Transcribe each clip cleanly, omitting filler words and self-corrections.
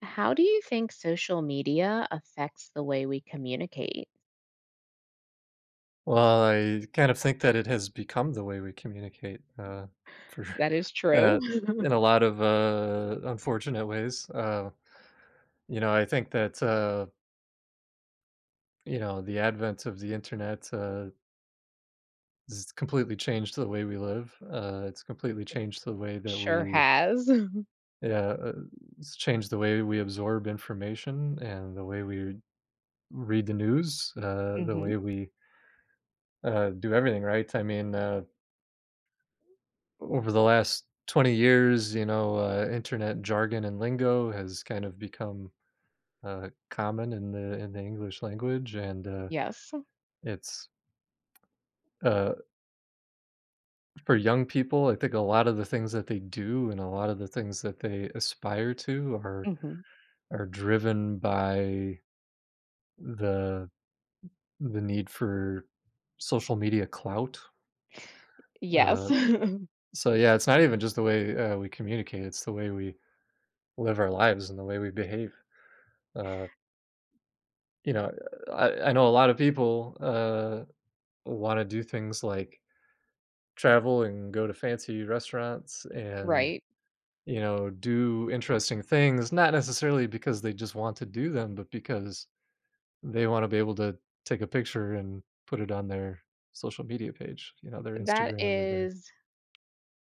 How do you think social media affects the way we communicate? Well, I kind of think that it has become the way we communicate, for That is true. uh, in a lot of, unfortunate ways. I think that, the advent of the internet, has completely changed the way we live. It's completely changed the way that Sure we has. yeah, it's changed the way we absorb information and the way we read the news, the Hmm. way we, do everything, right? I mean, over the last 20 years, internet jargon and lingo has kind of become common in the English language, and Yes. it's uh, for young people. I think a lot of the things that they do and a lot of the things that they aspire to are Hmm. are driven by the the need for social media clout. Yes. Uh, so yeah, it's not even just the way we communicate; it's the way we live our lives and the way we behave. Uh, You know, I know a lot of people, wanna do things like travel and go to fancy restaurants and, Right. you know, do interesting things, not necessarily because they just want to do them, but because they wanna be able to take a picture and put it on their social media page, you know, their That Instagram or their is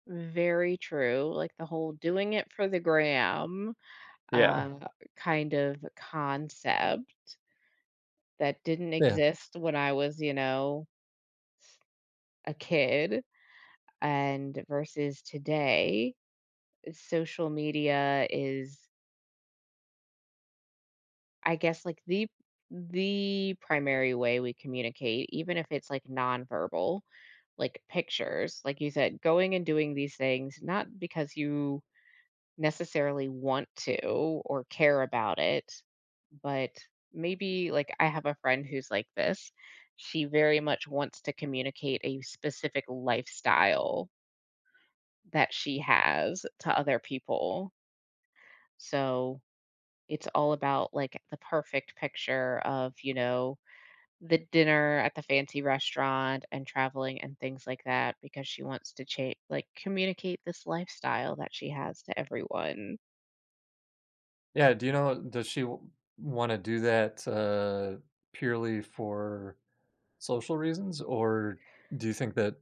very true. Like the whole doing it for the gram, yeah, uh, kind of concept that didn't yeah. exist when I was, a kid and versus today. Social media is, I guess, like, the primary way we communicate, even if it's, like, nonverbal, like pictures, like you said, going and doing these things, not because you necessarily want to or care about it, but maybe, like, I have a friend who's like this. She very much wants to communicate a specific lifestyle that she has to other people. So, it's all about, like, the perfect picture of, you know, the dinner at the fancy restaurant and traveling and things like that because she wants to cha like, communicate this lifestyle that she has to everyone. Yeah, do you know does she wanna do that, purely for social reasons, or do you think that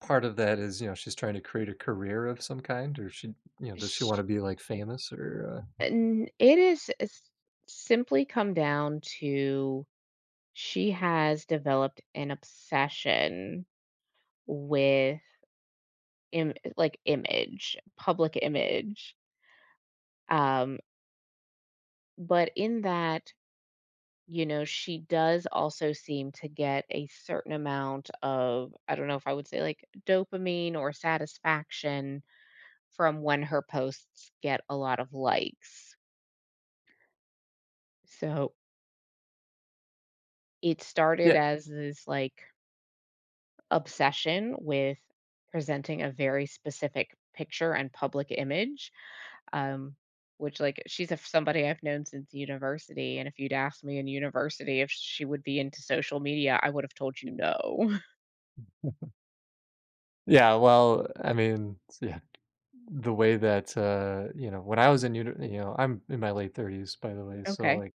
part of that is, you know, she's trying to create a career of some kind, or she you know, does she Sh wanna be, like, famous or? And it is s simply come down to she has developed an obsession with im like, image, public image, um, but in that, you know, she does also seem to get a certain amount of, I don't know if I would say like dopamine or satisfaction from when her posts get a lot of likes. So it started Yeah, as this like obsession with presenting a very specific picture and public image. Um, which like she's a, somebody I've known since university, and if you'd asked me in university if she would be into social media, I would have told you no. yeah, well, I mean, yeah, the way that, you know, when I was in uni you know, I'm in my late 30s, by the way, so, Okay, like,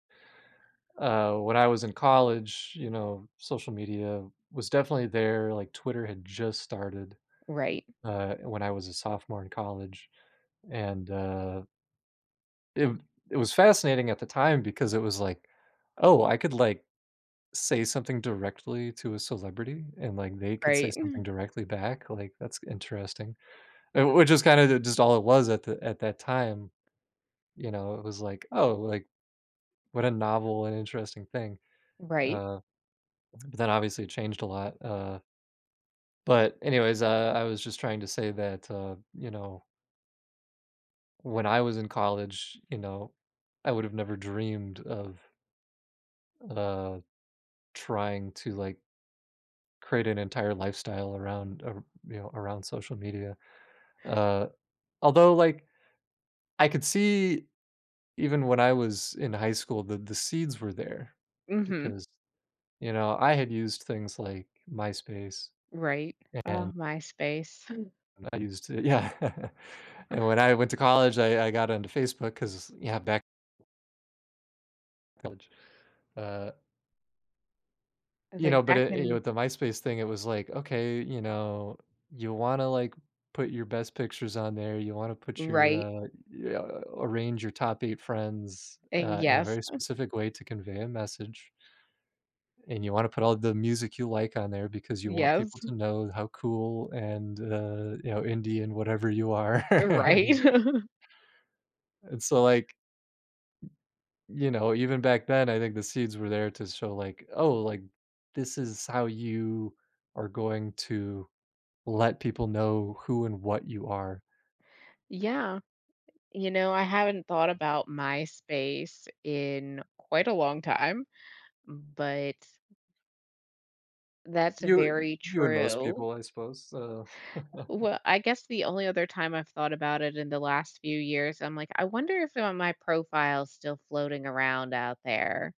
when I was in college, you know, social media was definitely there, like, Twitter had just started, right. When I was a sophomore in college, and, it it was fascinating at the time because it was like, "Oh, I could, like" say something directly to a celebrity and, like, they could say Right, something directly back, like, that's interesting. Which is kinda just all it was at that time, you know, it was like, "Oh, like, what a novel and interesting thing." right. Uh, but then obviously it changed a lot, but anyways, I was just trying to say that, you know, when I was in college, you know, I would have never dreamed of, uh, trying to, like, create an entire lifestyle around ar you know, around social media, uh although, like, I could see even when I was in high school the seeds were there Mhm, because, you know, I had used things like MySpace right. Oh, and MySpace. I used it yeah. And when I went to college, I got onto Facebook because yeah, back in college. Uh, It's you know, like but back it, you know, in, with the MySpace thing, it was like, okay, you know, you wanna, like, put your best pictures on there, you wanna put your, right, yeah, arrange your top 8 friends, and in a yes, very specific way to convey a message. And you wanna put all the music you like on there because you want yes, people to know how cool and, you know, indie and whatever you are. right. And and so, like, you know, even back then, I think the seeds were there to show, like, "Oh, like, this is how you are going to let people know who and what you are." Yeah, you know, I haven't thought about MySpace in quite a long time, but that's You very you and most true. people, I suppose, Well, I guess the only other time I've thought about it in the last few years, I'm like, I wonder if, my profile's still floating around out there,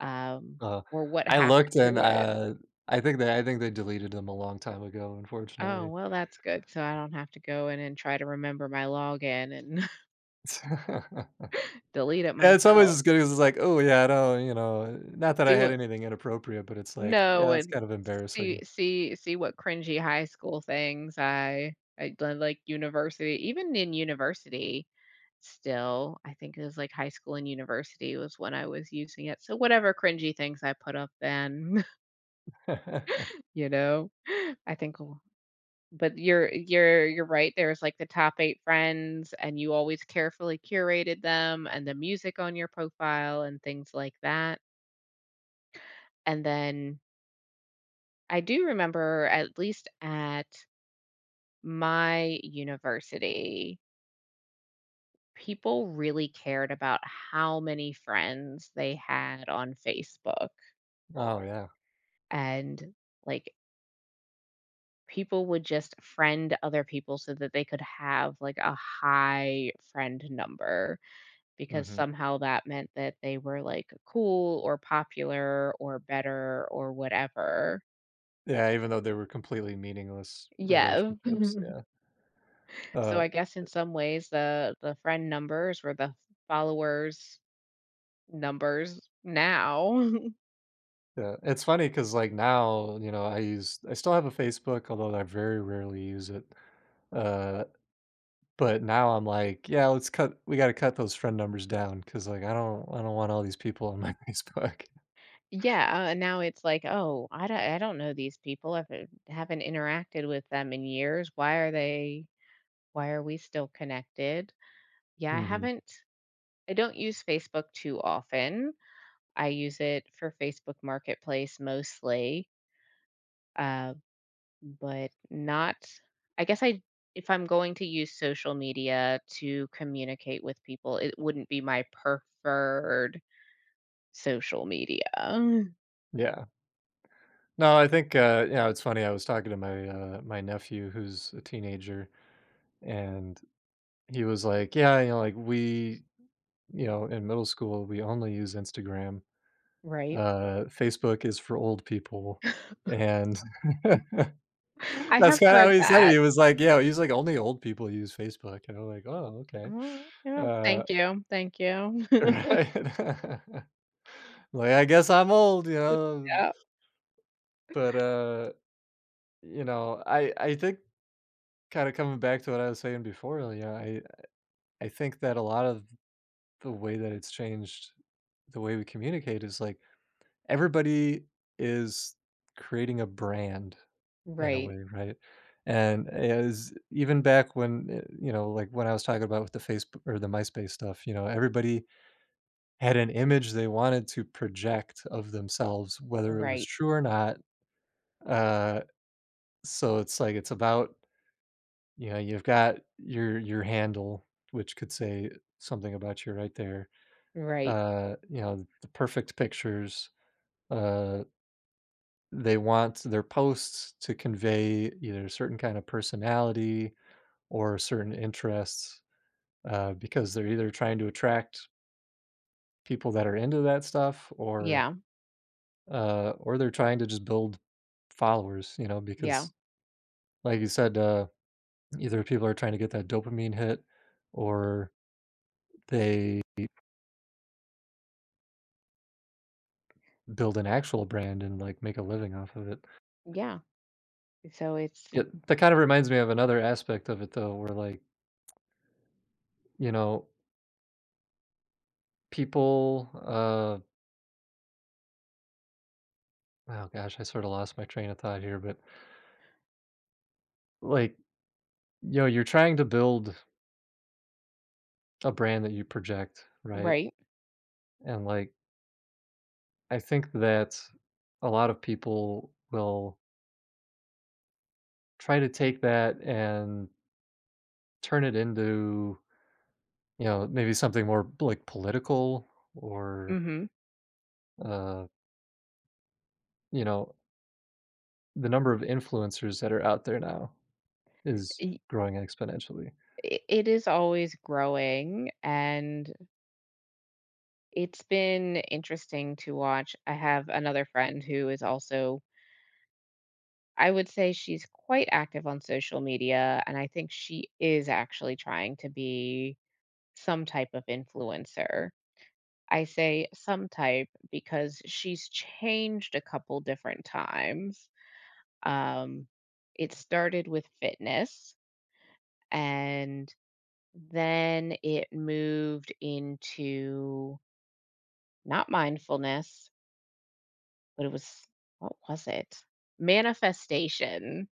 um, Uh, or what I looked happened and, to it. I think they deleted them a long time ago, Oh, unfortunately. well, that's good, so I don't have to go in and try to remember my login and delete it Yeah, it's always myself. as good as it's like, "Oh, yeah, no, you know, not that I See had what, anything inappropriate, but it's like, no, yeah, it's and kind of see embarrassing." see see what cringy high school things I done, like, university, even in university still, I think it was, like, high school and university was when I was using it, so whatever cringy things I put up then, you know? I think, but you're right, there's, like, the top 8 friends, and you always carefully curated them and the music on your profile and things like that, and then I do remember, at least at my university, people really cared about how many friends they had on Facebook, Oh, yeah, and, like, people would just friend other people so that they could have, like, a high friend number, because mhm. somehow that meant that they were, like, cool or popular or better or whatever. Yeah, even though they were completely meaningless Yeah. relationships, yeah. So Uh, I guess in some ways the friend numbers were the followers' numbers now. yeah, it's funny because like, now, you know, I still have a Facebook, although I very rarely use it, uh, but now I'm like, "Yeah, let's cut we gotta cut those friend numbers down because like, I don't want all these people on my Facebook." Yeah, and now it's like, "Oh, I don't know these people. I haven't interacted with them in years. Why are they, why are we still connected?" Yeah, I Mhm, haven't, I don't use Facebook too often. I use it for Facebook Marketplace mostly, uh, but not, I guess I, if I'm going to use social media to communicate with people, it wouldn't be my preferred social media, yeah. No, I think, you know, it's funny. I was talking to my my nephew who's a teenager, and he was like, "Yeah, you know, like we, you know, in middle school, we only use Instagram. right? Facebook is for old people." And I that's have kind of how heard he said it. that. He was like, "Yeah," he's like, "Only old people use Facebook." And I'm like, "Oh, okay." Oh, yeah. Uh, Thank you. Thank you. right. Like, I guess I'm old, you know, Yeah. but you know, I think kinda coming back to what I was saying before, like, yeah, I think that a lot of the way that it's changed the way we communicate is, like, everybody is creating a brand in a Right. way, right? And as even back when, you know, like, when I was talking about with the Faceb or the MySpace stuff, you know, everybody had an image they wanted to project of themselves, whether it was Right. true or not. Uh, so it's like it's about you know, you've got your handle, which could say something about you right there. Right. You know, the perfect pictures. Uh, they want their posts to convey either a certain kind of personality or certain interests, because they're either trying to attract people that are into that stuff, or Yeah. uh, or they're trying to just build followers. You know, Yeah. because like you said, either people are trying to get that dopamine hit, or they build an actual brand and, like, make a living off of it. Yeah. So it's Yeah, that kind of reminds me of another aspect of it though, where, like, you know, people, oh gosh, I sort of lost my train of thought here, but, like, you know, you're trying to build a brand that you project, right? right. And, like, I think that a lot of people will try to take that and turn it into, you know, maybe something more, like, political or, Mhm. uh, you know, the number of influencers that are out there now is growing exponentially. It is always growing and it's been interesting to watch. I have another friend who is also, I would say she's quite active on social media, and I think she is actually trying to be some type of influencer. I say some type because she's changed a couple different times. Um, it started with fitness and then it moved into, not mindfulness, but it was, what was it? Manifestation,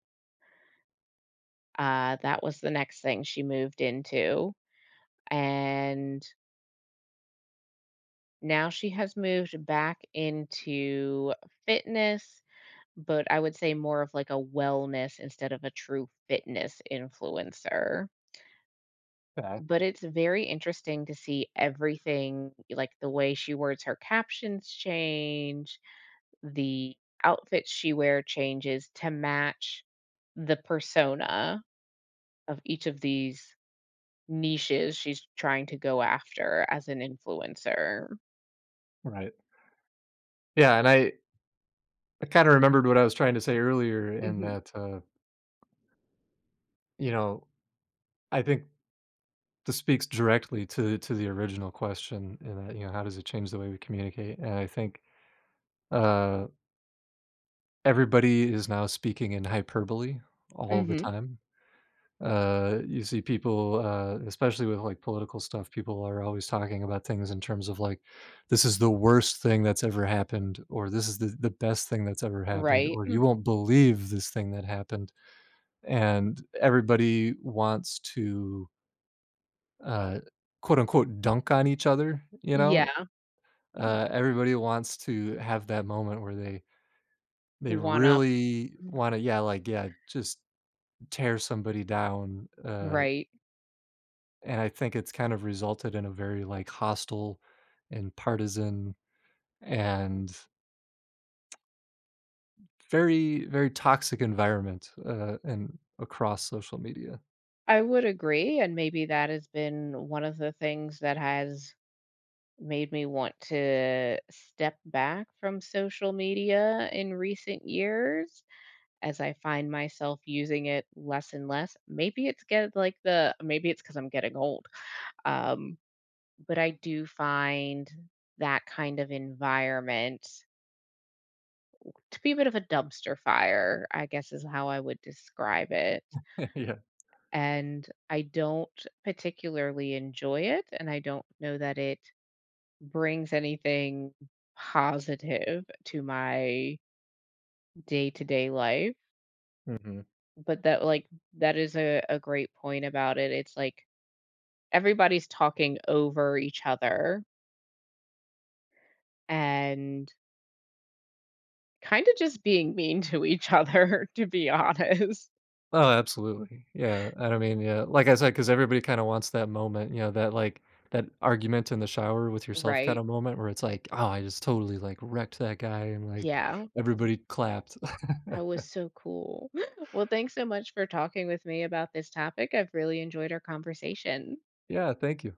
that was the next thing she moved into, and now she has moved back into fitness, but I would say more of, like, a wellness instead of a true fitness influencer. Yeah, But it's very interesting to see everything like, the way she words her captions change, the outfit she wear changes to match the persona of each of these niches she's trying to go after as an influencer. right. Yeah, and I kinda remembered what I was trying to say earlier in Mhm. that, you know, I think this speaks directly to the original question in that, you know, how does it change the way we communicate? And I think, uh, everybody is now speaking in hyperbole all the Mhm. time. You see people, especially with like political stuff, people are always talking about things in terms of like, this is the worst thing that's ever happened, or this is the best thing that's ever happened, Right? or you won't believe this thing that happened. And everybody wants to, uh, quote unquote, dunk on each other, you know? Yeah, Everybody wants to have that moment where they one up. really want to, yeah, like, yeah, just tear somebody down. Right. And I think it's kind of resulted in a very, like, hostile and partisan and very, very toxic environment, and across social media. I would agree, and maybe that has been one of the things that has made me want to step back from social media in recent years, as I find myself using it less and less. Maybe it's get like the, maybe it's because 'cause I'm getting old. Um, but I do find that kind of environment to be a bit of a dumpster fire, I guess is how I would describe it. Yeah. And I don't particularly enjoy it, and I don't know that it brings anything positive to my day-to-day life. Mhm. But that like that is a great point about it. It's like everybody's talking over each other and kind of just being mean to each other, to be honest. Oh, absolutely. Yeah, and I mean, yeah, like I said, because everybody kinda wants that moment, you know, that, like, that argument in the shower with yourself Right. kinda moment where it's like, "Oh, I just totally, like, wrecked that guy," and, like, Yeah. I was like, everybody clapped. I was so cool. Well, thanks so much for talking with me about this topic. I've really enjoyed our conversation. Yeah, thank you.